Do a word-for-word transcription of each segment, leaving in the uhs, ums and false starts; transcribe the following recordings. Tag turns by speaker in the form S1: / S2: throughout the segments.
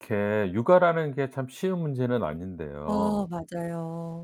S1: 이렇게 육아라는 게 참 쉬운 문제는
S2: 어
S1: 아닌데요.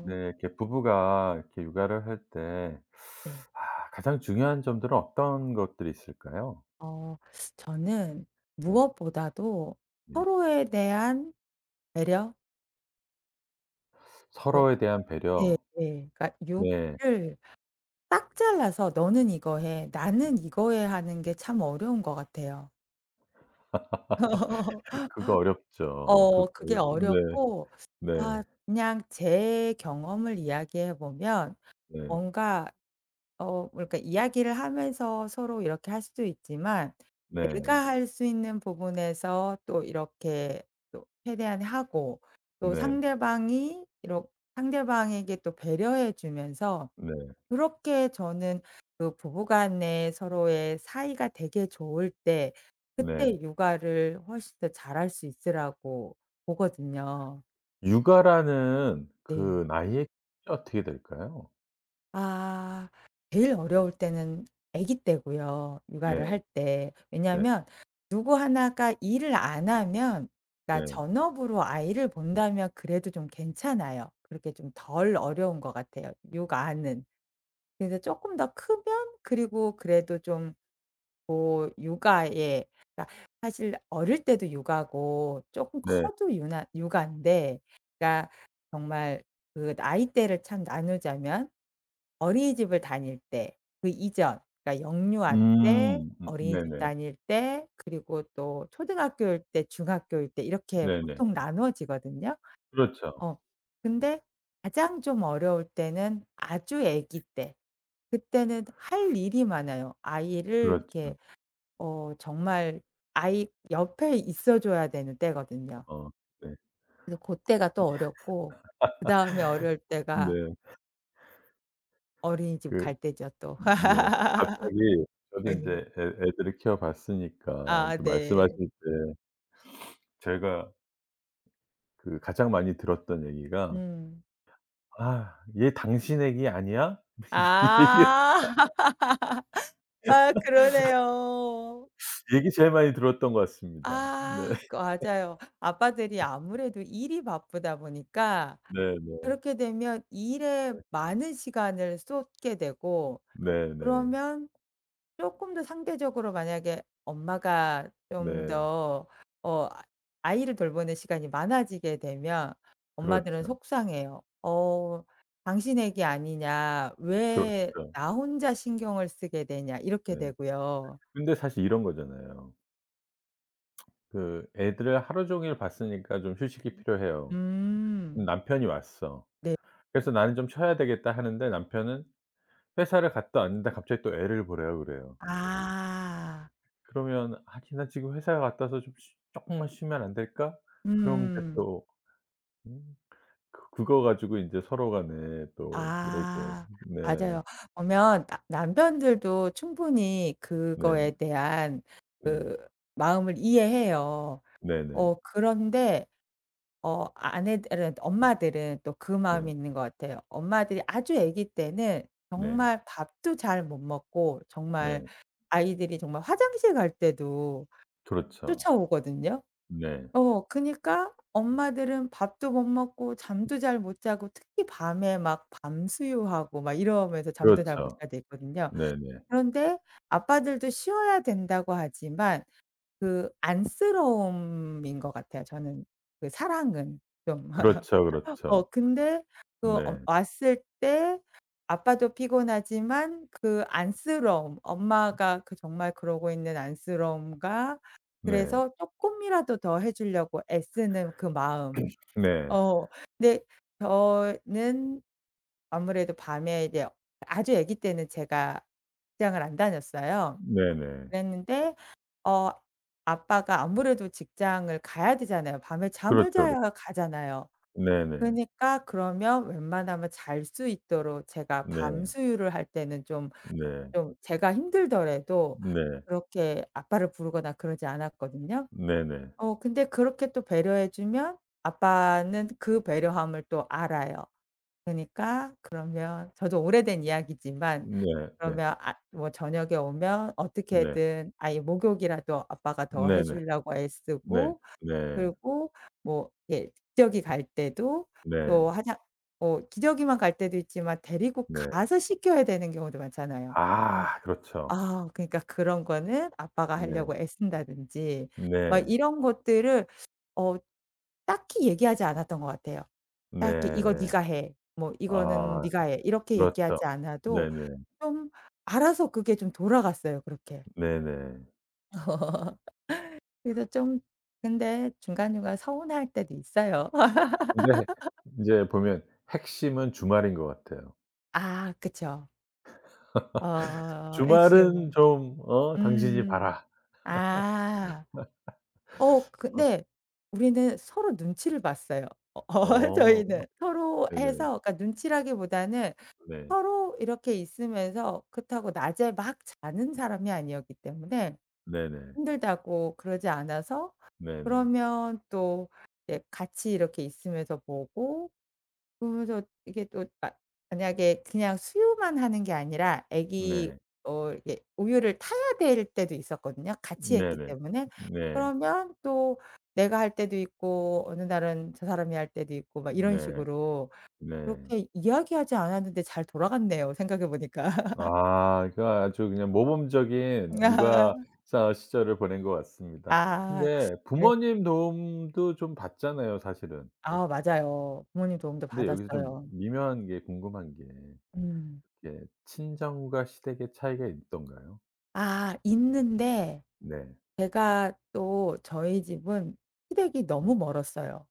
S1: 네, 이렇게 부부가 이렇게 육아를 할 때
S2: 네.
S1: 아, 가장 중요한 점들은 어떤 것들이 있을까요?
S2: 어 저는
S1: 네.
S2: 무엇보다도
S1: 네.
S2: 서로에 대한 배려. 어,
S1: 서로에 대한
S2: 네,
S1: 배려.
S2: 네. 그러니까
S1: 네.
S2: 육아를 딱 잘라서 "너는 이거 해. 나는 이거 해." 하는 게 참 어려운 것 같아요.
S1: 그거 어렵죠.
S2: 어
S1: 그거
S2: 그게
S1: 어렵- 네.
S2: 어렵고,
S1: 네.
S2: 아 그냥 제 경험을 이야기해 보면
S1: 네.
S2: 뭔가 어 그러니까 이야기를 하면서 서로 이렇게 할 수도 있지만
S1: 네 네.
S2: 내가 할 수 있는 부분에서 또 이렇게 또 최대한 하고, 또
S1: 네.
S2: 상대방이 이렇 상대방에게 또 배려해 주면서,
S1: 네.
S2: 그렇게 저는 그 부부 간에 서로의 사이가 되게 좋을 때
S1: 네. 네.
S2: 그때 육아를 훨씬 더 잘할 수 있으라고 보거든요.
S1: 육아라는
S2: 네.
S1: 그 나이에 어떻게 될까요?
S2: 아. 제일 어려울 때는 아기 때고요. 육아를
S1: 네.
S2: 할 때.
S1: 네.
S2: 왜냐하면 누구 하나가 일을 안 하면, 그러니까
S1: 네.
S2: 전업으로 아이를 본다면 그래도 좀 괜찮아요. 그렇게 좀 덜 어려운 것 같아요, 육아는. 근데 조금 더 크면, 그리고 그래도 좀 뭐 육아에, 그러니까 사실 어릴 때도 육아고 조금
S1: 네.
S2: 커도 유나 육아인데 그러니까 정말 그 나이대를 참 나누자면, 어린이집을 다닐 때 그 이전 그러니까 영유아 때,
S1: 음. 음
S2: 어린이집
S1: 네네.
S2: 다닐 때, 그리고 또 초등학교일 때, 중학교일 때 이렇게
S1: 네네.
S2: 보통 나누어지거든요.
S1: 그렇죠.
S2: 어 근데 가장 좀 어려울 때는 아주 아기 때. 그때는 할 일이 많아요. 아이를
S1: 그렇죠.
S2: 이렇게 어 정말 아이 옆에 있어 줘야 되는 때거든요.
S1: 어 네.
S2: 그래서 고때가 또 어렵고, 그다음에 어려울 때가
S1: 네.
S2: 어린이집
S1: 그
S2: 갈 때죠 또.
S1: 네. 갑자기 저도 인제
S2: 예.
S1: 애 애들을 키워 봤으니까
S2: 아,
S1: 인제
S2: 네.
S1: 말씀하실 때 제가 그 가장 많이 들었던 얘기가
S2: 음.
S1: "아 얘 당신 애기 아니야?" 이 얘기
S2: 아. 아 그러네요.
S1: 얘기 제일 많이 들었던 것 같습니다. 네.
S2: 아 그 맞아요. 아빠들이 아무래도 일이 바쁘다 보니까
S1: 네네.
S2: 그렇게 되면 일에 많은 시간을 쏟게 되고,
S1: 네네. 네. 네.
S2: 그러면 쪼끔 더 상대적으로, 만약에 엄마가 좀
S1: 네.
S2: 더 어 아 아이를 돌보는 시간이 많아지게 되면 엄마들은
S1: 그렇죠.
S2: 속상해요. "어 당신 애기 아니냐.
S1: 그렇죠.
S2: 왜 나 혼자 신경을 쓰게 되냐." 이렇게
S1: 네.
S2: 되고요.
S1: 근데 사실 이런 거잖아요. 그 애들을 하루 종일 봤으니까 좀 휴식이 필요해요.
S2: 음.
S1: 남편이 왔어.
S2: 네.
S1: 그래서 '나는 좀 쉬어야 되겠다.' 하는데 남편은 회사를 갔다 왔는데 갑자기 또 애를 보래요, 그래요.
S2: 아.
S1: 그러면 '아니 나 지금 회사 갔다 와서 좀 쉬 쪼끔만 쉬면 안 될까?' 그럼 이제
S2: 음.
S1: 또 음 그 그거 가지고 인제 서로 간에 또 이러고.
S2: 아.
S1: 네.
S2: 맞아요. 보면 나 남편들도 충분히 그거에
S1: 네.
S2: 대한
S1: 네.
S2: 그 마음을 이해해요.
S1: 네 네.
S2: 어 그런데 어 아내들은 엄마들은 또 그 마음이
S1: 네.
S2: 있는 것 같아요. 엄마들이 아주 아기 때는
S1: 네. 네.
S2: 정말 밥도 잘 못 먹고, 정말
S1: 네.
S2: 아이들이 정말 화장실 갈 때도
S1: 그렇죠.
S2: 쫓아오거든요.
S1: 네.
S2: 어 그니까 엄마들은 밥도 못 먹고 잠도 잘 못 자고, 특히 밤에 막 밤수유하고 막 이러면서 잠도 잘 못
S1: 그렇죠.
S2: 자게 되거든요.
S1: 네네.
S2: 그런데 아빠들도 쉬어야 된다고 하지만 그 안쓰러움인 것 같아요 저는. 그 사랑은 좀.
S1: 그렇죠,
S2: 어
S1: 그렇죠.
S2: 근데 그 어
S1: 네.
S2: 왔을 때 아빠도 피곤하지만 그 안쓰러움, 엄마가 그 정말 그러고 있는 안쓰러움과,
S1: 네.
S2: 그래서 쪼끔이라도 더 해 주려고 애쓰는 그 마음.
S1: 네.
S2: 어 근데 저는 아무래도 밤에 이제, 아주 아기 때는 제가 직장을 안 다녔어요.
S1: 네네.
S2: 그랬는데 어 아빠가 아무래도 직장을 가야 되잖아요. 밤에 잠을
S1: 그렇죠, 그렇
S2: 자야 가잖아요.
S1: 네네.
S2: 그니까 그러면 웬만하면 잘 수 있도록 제가
S1: 네.
S2: 밤
S1: 네.
S2: 수유를 할 때는 좀,
S1: 네.
S2: 좀 제가 힘들더라도
S1: 네.
S2: 그렇게 아빠를 부르거나 그러지 않았거든요.
S1: 네네.
S2: 어 근데 그렇게 또 배려해 주면 아빠는 그 배려함을 또 알아요. 그니까 그러면 저도 오래된 이야기지만,
S1: 네 네.
S2: 그러면 아 뭐 저녁에 오면
S1: 네.
S2: 어떻게든 아예 목욕이라도 아빠가 더 해
S1: 네네.
S2: 주려고
S1: 네.
S2: 애쓰고,
S1: 네.
S2: 그리고 뭐 예 기저귀 갈 때도, 또
S1: 네.
S2: 화장 어 기저귀만 갈 때도 있지만 데리고
S1: 네.
S2: 가서 씻겨야 되는 경우도 많잖아요.
S1: 아 그렇죠.
S2: 아 그러니까 그런 거는 아빠가
S1: 네.
S2: 하려고 애쓴다든지 막
S1: 네.
S2: 이런 것들을 어 딱히 얘기하지 않았던 것 같아요. 딱히 "이거
S1: 네.
S2: 네가 해." 뭐 "이거는
S1: 아
S2: 네가 해." 이렇게
S1: 그렇죠.
S2: 얘기하지 않아도
S1: 네네.
S2: 좀 알아서 그게 좀 돌아갔어요 그렇게.
S1: 네네.
S2: 그래서 좀, 근데 중간중간 서운할 때도 있어요.
S1: 근데 인제 보면 핵심은 주말인 것 같아요.
S2: 아 그쵸. 어
S1: 주말은
S2: 핵심은.
S1: 좀 어
S2: 음.
S1: 당신이
S2: 음.
S1: 봐라.
S2: 아. 어 근데 우리는 서로 눈치를 봤어요.
S1: 어
S2: 어
S1: 어
S2: 저희는. 서로
S1: 네네.
S2: 해서 그러니까 눈치라기보다는
S1: 네.
S2: 서로 이렇게 있으면서, 그렇다고 낮에 막 자는 사람이 아니었기 때문에
S1: 네네.
S2: 힘들다고 그러지 않아서,
S1: 네네.
S2: 그러면 또 이제 같이 이렇게 있으면서 보고, 그러면서 이게 또 마, 만약에 그냥 수유만 하는 게 아니라 애기
S1: 네.
S2: 어 이게 우유를 타야 될 때도 있었거든요, 같이 했기
S1: 네네.
S2: 때문에.
S1: 네.
S2: 그러면 또 내가 할 때도 있고, 어느 날은 저 사람이 할 때도 있고 막 이런
S1: 네.
S2: 식으로.
S1: 네.
S2: 그렇게 이야기하지 않았는데 잘 돌아갔네요, 생각해 보니까.
S1: 아 그 아주 그냥 모범적인 육아사 시절을 보낸 것 같습니다.
S2: 아.
S1: 근데
S2: 그래.
S1: 부모님 도움도 좀 받잖아요 사실은.
S2: 아 맞아요. 부모님 도움도
S1: 근데 여기서 좀
S2: 받았어요.
S1: 미묘한 게 궁금한 게
S2: 음.
S1: 이게 친정과 시댁의 차이가 있던가요?
S2: 아 있는데
S1: 네.
S2: 제가 또 저희 집은 시댁이
S1: 네.
S2: 너무 멀었어요.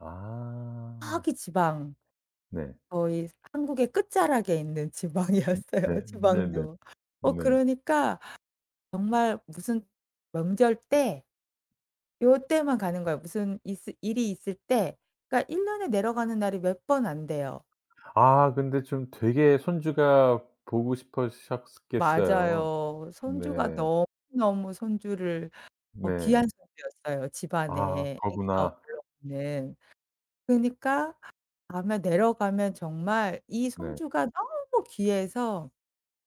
S1: 아.
S2: 저기 지방,
S1: 네.
S2: 거의 한국의 끝자락에 있는
S1: 음 네.
S2: 지방이었어요
S1: 네네.
S2: 지방도. 어
S1: 네.
S2: 그러니까 정말 무슨 명절 때 요때만 가는 거예요. 무슨 있을 일이 있을 때. 그러니까 일 년 년에 내려가는 날이 몇 번 안 돼요.
S1: 아 근데 좀 되게 손주가 보고 싶으셨겠어요.
S2: 맞아요. 손주가
S1: 네.
S2: 너무너무, 손주를 어 귀한
S1: 네.
S2: 손주였어요,
S1: 아
S2: 집안에 아기가
S1: 거구나.
S2: 별로 없는. 그러니까 가면, 내려가면 정말 이
S1: 네.
S2: 손주가 너무 귀해서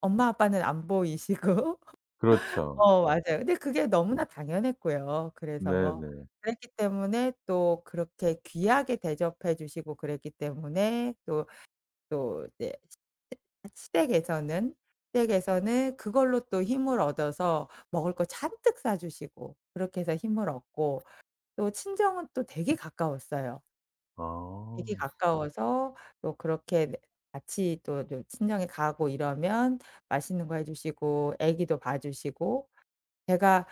S2: 엄마 아빠는 안 보이시고.
S1: 그렇죠.
S2: 어 맞아요. 근데 그게 너무나 당연했고요. 그래서
S1: 네네.
S2: 그랬기 때문에 또 그렇게 귀하게 대접해 주시고 그랬기 때문에 또, 또 이제 시 시댁에서는, 시댁에서는 그걸로 또 힘을 얻어서 먹을 거 잔뜩 싸 주시고 그렇게 해서 힘을 얻고, 또 친정은 또 되게 가까웠어요.
S1: 아.
S2: 되게 가까워서 또 그렇게, 네, 같이 또 좀 친정에 가고 이러면 맛있는 거 해 주시고 애기도 봐 주시고, 제가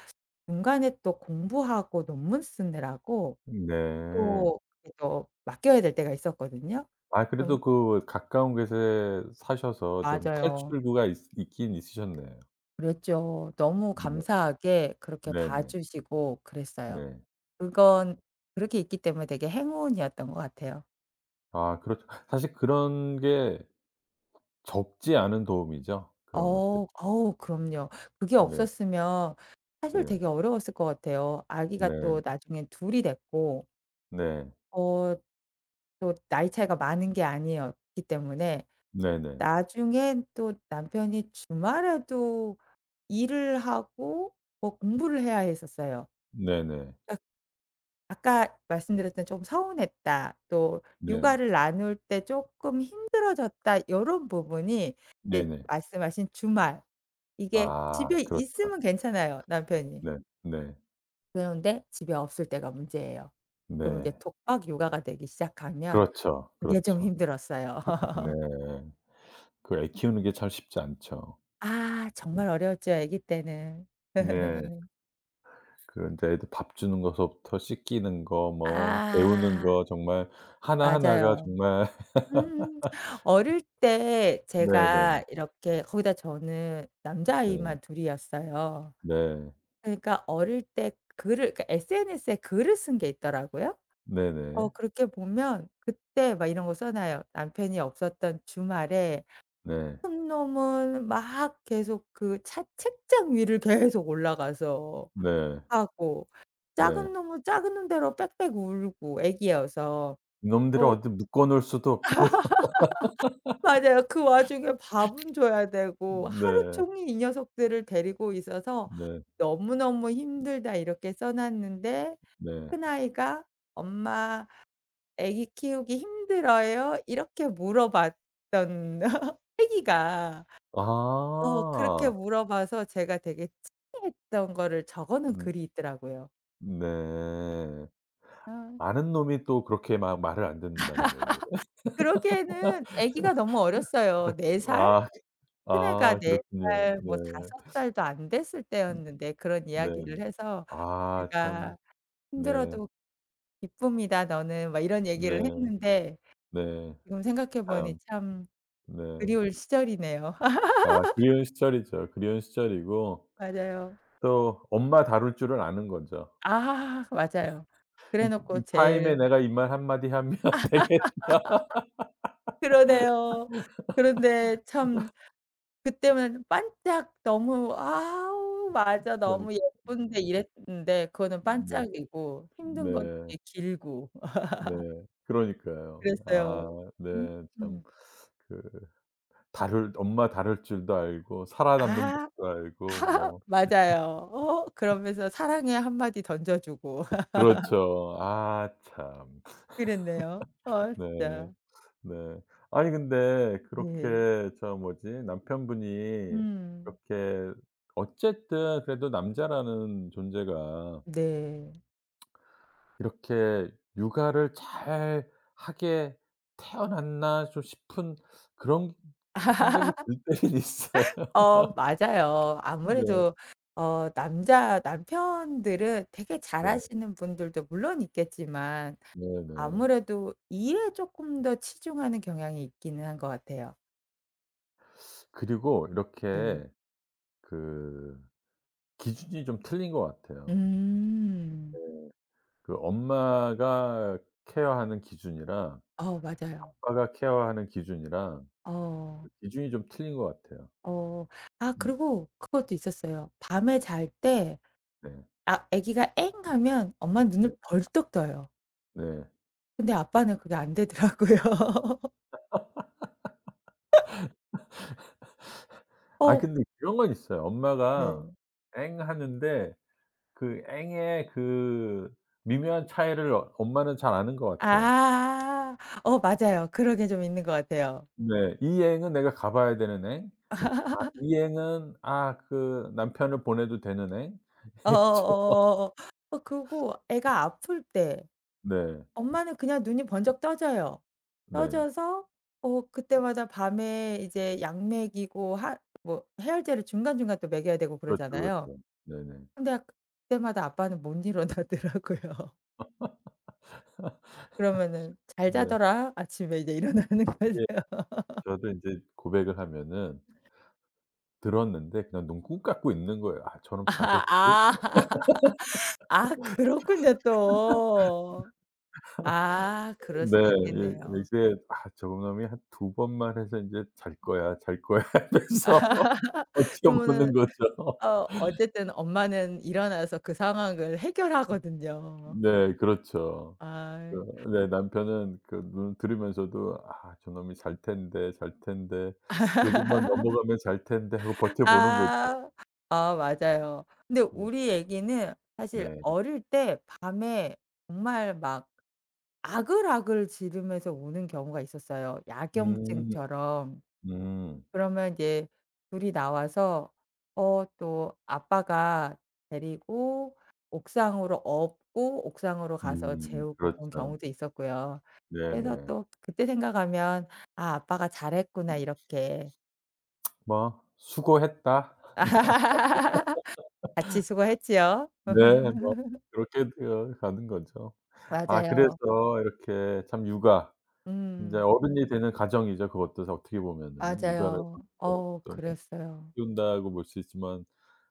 S2: 중간에 또 공부하고 논문 쓰느라고
S1: 네.
S2: 또 이게 또 맡겨야 될 때가 있었거든요.
S1: 아 그래도
S2: 좀.
S1: 그 가까운 곳에 사셔서 좀
S2: 맞아요.
S1: 탈출구가 있 있긴 있으셨네요.
S2: 그랬죠. 너무
S1: 네.
S2: 감사하게 그렇게 봐
S1: 네네.
S2: 주시고 그랬어요.
S1: 네.
S2: 그건 그렇게 있기 때문에 되게 행운이었던 것 같아요.
S1: 아 그렇죠. 사실 그런 게 적지 않은 도움이죠, 그런 것들이.
S2: 어. 어우 그럼요. 그게
S1: 네.
S2: 없었으면 사실
S1: 네.
S2: 되게 어려웠을 것 같아요. 아기가
S1: 네.
S2: 또 나중에 둘이 됐고,
S1: 네.
S2: 어 또 나이 차이가 많은 게 아니었기 때문에
S1: 네네.
S2: 나중엔 또 남편이 주말에도 일을 하고 뭐 공부를 해야 했었어요.
S1: 네네.
S2: 아까 말씀드렸던 "좀 서운했다." 또
S1: 네.
S2: "육아를 나눌 때 조금 힘들어졌다." 요런 부분이, 이제
S1: 네네.
S2: 말씀하신 주말, 이게
S1: 아
S2: 집에
S1: 그렇죠.
S2: 있으면 괜찮아요 남편이.
S1: 네. 네.
S2: 그런데 집에 없을 때가 문제예요. 그럼 이제
S1: 네.
S2: 독박 육아가 되기 시작하면
S1: 그렇죠,
S2: 그게 좀
S1: 그렇죠.
S2: 힘들었어요.
S1: 네. 그 애 키우는 게 참 쉽지 않죠.
S2: 아 정말 어려웠죠 아기 때는.
S1: 네. 그 인제 애들 밥 주는 거서부터 씻기는 거 뭐 재우는
S2: 아
S1: 거 정말 하나하나가
S2: 맞아요.
S1: 정말.
S2: 음. 어릴 때 제가
S1: 네네.
S2: 이렇게 거기다 저는
S1: 네.
S2: 남자아이만 둘 이었어요.
S1: 네.
S2: 그러니까 어릴 때 글을 그러니까 에스엔에스에 글을 쓴 게 있더라고요. 어
S1: 네네.
S2: 그렇게 보면 그때 막 이런 거 써 놔요. 남편이 없었던 주말에
S1: 네.
S2: 큰 놈은 막 계속 그 차 책장 위를 계속 올라가서
S1: 네.
S2: 하고,
S1: 네.
S2: 작은 놈은 작은 놈대로 빽빽 울고 애기여서.
S1: 이놈들을
S2: 어
S1: 어디 묶어 놓을 수도 없고.
S2: 맞아요. 그 와중에 밥은 줘야 되고 하루
S1: 네.
S2: 종일 이 녀석들을 데리고 있어서
S1: 네.
S2: "너무너무 힘들다." 이렇게 써 놨는데
S1: 네.
S2: 큰아이가 "엄마 아기 키우기 힘들어요?" 이렇게 물어봤던 아기가. 어 그렇게
S1: 아.
S2: 물어봐서 제가 되게 특이했던 거를 적어 놓은
S1: 음
S2: 글이 있더라고요.
S1: 네.
S2: 아.
S1: 아는 놈이 또 그렇게 막 말을 안 듣는다는 얘기예요.
S2: 그러기에는 아기가 너무 어렸어요. 4 살?
S1: 아.
S2: 큰애가
S1: 아
S2: 4
S1: 그렇군요.
S2: 살
S1: 네.
S2: 뭐 다섯 살 살도 안 됐을 때였는데 그런 이야기를
S1: 네네.
S2: 해서
S1: 아 참.
S2: 제가
S1: 네.
S2: "힘들어도 기쁩니다 너는." 막 이런
S1: 네.
S2: 얘기를 했는데
S1: 네.
S2: 지금 생각해 보니
S1: 참.
S2: 참
S1: 네.
S2: 그리울 시절이네요.
S1: 아 그리운 시절이죠. 그리운 시절이고
S2: 맞아요.
S1: 또 엄마 다룰 줄을 아는 거죠.
S2: 아 맞아요. 그래
S1: '이 이
S2: 놓고
S1: 타임에
S2: 제일,
S1: 내가 이 말 한마디 하면 되겠다.'
S2: 그러네요. 그런데 참 그때는 반짝 너무 '아우 맞아.
S1: 그러니
S2: 너무 예쁜데.'
S1: 음
S2: 이랬는데, 그거는
S1: 네.
S2: 반짝이고 힘든 건
S1: 네.
S2: 되게 길고. 어
S1: 네. 그러니까요. 아
S2: 그랬어요. 음.
S1: 네. 참
S2: 음.
S1: 그 다룰 엄마 다룰 줄도 알고 살아남는
S2: 아.
S1: 법도 알고 뭐
S2: 맞아요. 어 그러면서 사랑의 한마디 던져주고.
S1: 그렇죠. 아 참.
S2: 그랬네요. 어
S1: 네.
S2: 진짜.
S1: 네. 아니 근데
S2: 네.
S1: 그렇게 저 뭐지 남편분이
S2: 음.
S1: 그렇게 어쨌든 그래도 남자라는 존재가
S2: 네.
S1: 이렇게 육아를 잘 하게 태어났나 좀 싶은 그런 생각이 들 때는 있어요.
S2: 어 맞아요.
S1: 네.
S2: 아무래도 어 남자 남편들은 되게
S1: 네.
S2: 잘하시는 분들도 물론 있겠지만
S1: 네네.
S2: 아무래도 일에 쪼끔 더 치중하는 경향이 있기는 한 것 같아요.
S1: 그리고
S2: 네.
S1: 이렇게 그 기준이 좀 틀린 것 같아요.
S2: 음.
S1: 네. 그 엄마가 케어하는 기준이랑
S2: 어 맞아요.
S1: 아빠가 케어하는 기준이랑
S2: 어.
S1: 그 기준이 좀 틀린 것 같아요.
S2: 어. 아
S1: 음
S2: 그리고 그것도 있었어요. 밤에 잘때,
S1: 네.
S2: 아 아기가 "엥." 하면 엄마는
S1: 네.
S2: 눈을 벌떡 떠요.
S1: 네.
S2: 근데 아빠는 그게 안 되더라고요.
S1: 아
S2: 어.
S1: 근데 그런 건 있어요. 엄마가
S2: 네.
S1: "엥." 하는데 그 "엥의" 그 미묘한 차이를 어 엄마는 잘 아는 것 같아요.
S2: 아. 어 맞아요. 그런 게 좀 있는 것 같아요.
S1: 네. 이 "엥은" 내가 가 봐야 되는 "엥." "이 엥은" 아 그 남편을 보내도 되는 "엥."
S2: 어어어어어.
S1: 좀
S2: 어, 어, 어, 어. 어, 그리고 애가 아플 때
S1: 네.
S2: 엄마는 그냥 눈이 번쩍 떠져요.
S1: 네.
S2: 떠져서 어 그때마다 밤에 이제 약 먹이고 하 뭐 해열제를 중간중간 또 먹여야 되고
S1: 그렇죠,
S2: 그러잖아요.
S1: 그렇죠. 네네.
S2: 근데 아, 그때마다 아빠는 못 일어나더라고요. 그러면은 "잘
S1: 네.
S2: 자더라." 아침에 이제 일어나는 거죠.
S1: 그게 저도 인제 고백을 하면은 들었는데 그냥 눈 꾹 감고 있는 거예요. '아 저놈
S2: 아,
S1: 자겠지?'
S2: 아. 아 그렇군요 또. 아 그럴
S1: 네.
S2: 수도
S1: 이
S2: 있겠네요.
S1: 이제 아 저놈이 한 두 번만 해서 인제 '잘 거야, 잘 거야.' 하면서
S2: 그러면은
S1: 버텨보는 거죠.
S2: 어 어쨌든 엄마는 일어나서 그 상황을 해결하거든요.
S1: 네. 그렇죠. 그
S2: 아.
S1: 네 남편은 그 눈 들으면서도 '아 저놈이 잘 텐데, 잘 텐데. 요것만 넘어가면 잘 텐데.' 하고 버텨보는 거죠.
S2: 아. 아 맞아요. 근데
S1: 네.
S2: 우리 애기는 사실
S1: 네.
S2: 어릴 때 밤에 정말 막 아글아글 지르면서 우는 경우가 있었어요,
S1: 음.
S2: 야경증처럼.
S1: 음.
S2: 그러면 이제 둘이 나와서 어 또 아빠가 데리고, 옥상으로 업고 옥상으로 가서
S1: 음.
S2: 재우고 그런
S1: 그렇죠.
S2: 경우도 있었고요. 그래서
S1: 네네.
S2: 또 그때 생각하면 '아 아빠가 잘했구나 이렇게.'
S1: 뭐 '수고했다.'
S2: 같이 수고했지요.
S1: 네. 뭐 그렇게 되어 가는 거죠. 아
S2: 맞아요.
S1: 그래서 이렇게 참 육아 인제
S2: 음.
S1: 어른이 되는 과정이죠, 그것도 어떻게 보면은. 육아를
S2: 맞아요. 어
S1: 또 뭐
S2: 그랬어요.
S1: 키운다고 볼 수 있지만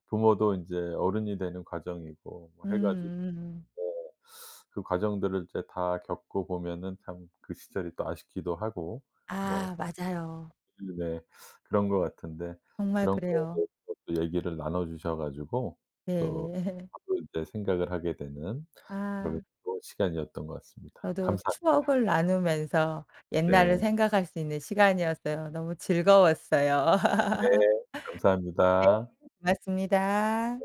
S1: 부모도 인제 어른이 되는 과정이고 뭐 해 가지고
S2: 음음음.
S1: 그 과정들을 이제 다 겪고 보면은 참 그 시절이 또 아쉽기도 하고 뭐
S2: 아 맞아요.
S1: 음, 네 그런 것 같은데
S2: 정말
S1: 그런 거에
S2: 그래요.
S1: 대해서 또 얘기를 나눠 주셔 가지고 또
S2: 네.
S1: 저도 인제 생각을 하게 되는 그런
S2: 아.
S1: 또 시간이었던 것 같습니다.
S2: 저도
S1: 감사
S2: 추억을 나누면서 옛날을
S1: 네.
S2: 생각할 수 있는 시간이었어요. 너무 즐거웠어요.
S1: 네,
S2: 네.
S1: 감사합니다.
S2: 고맙습니다.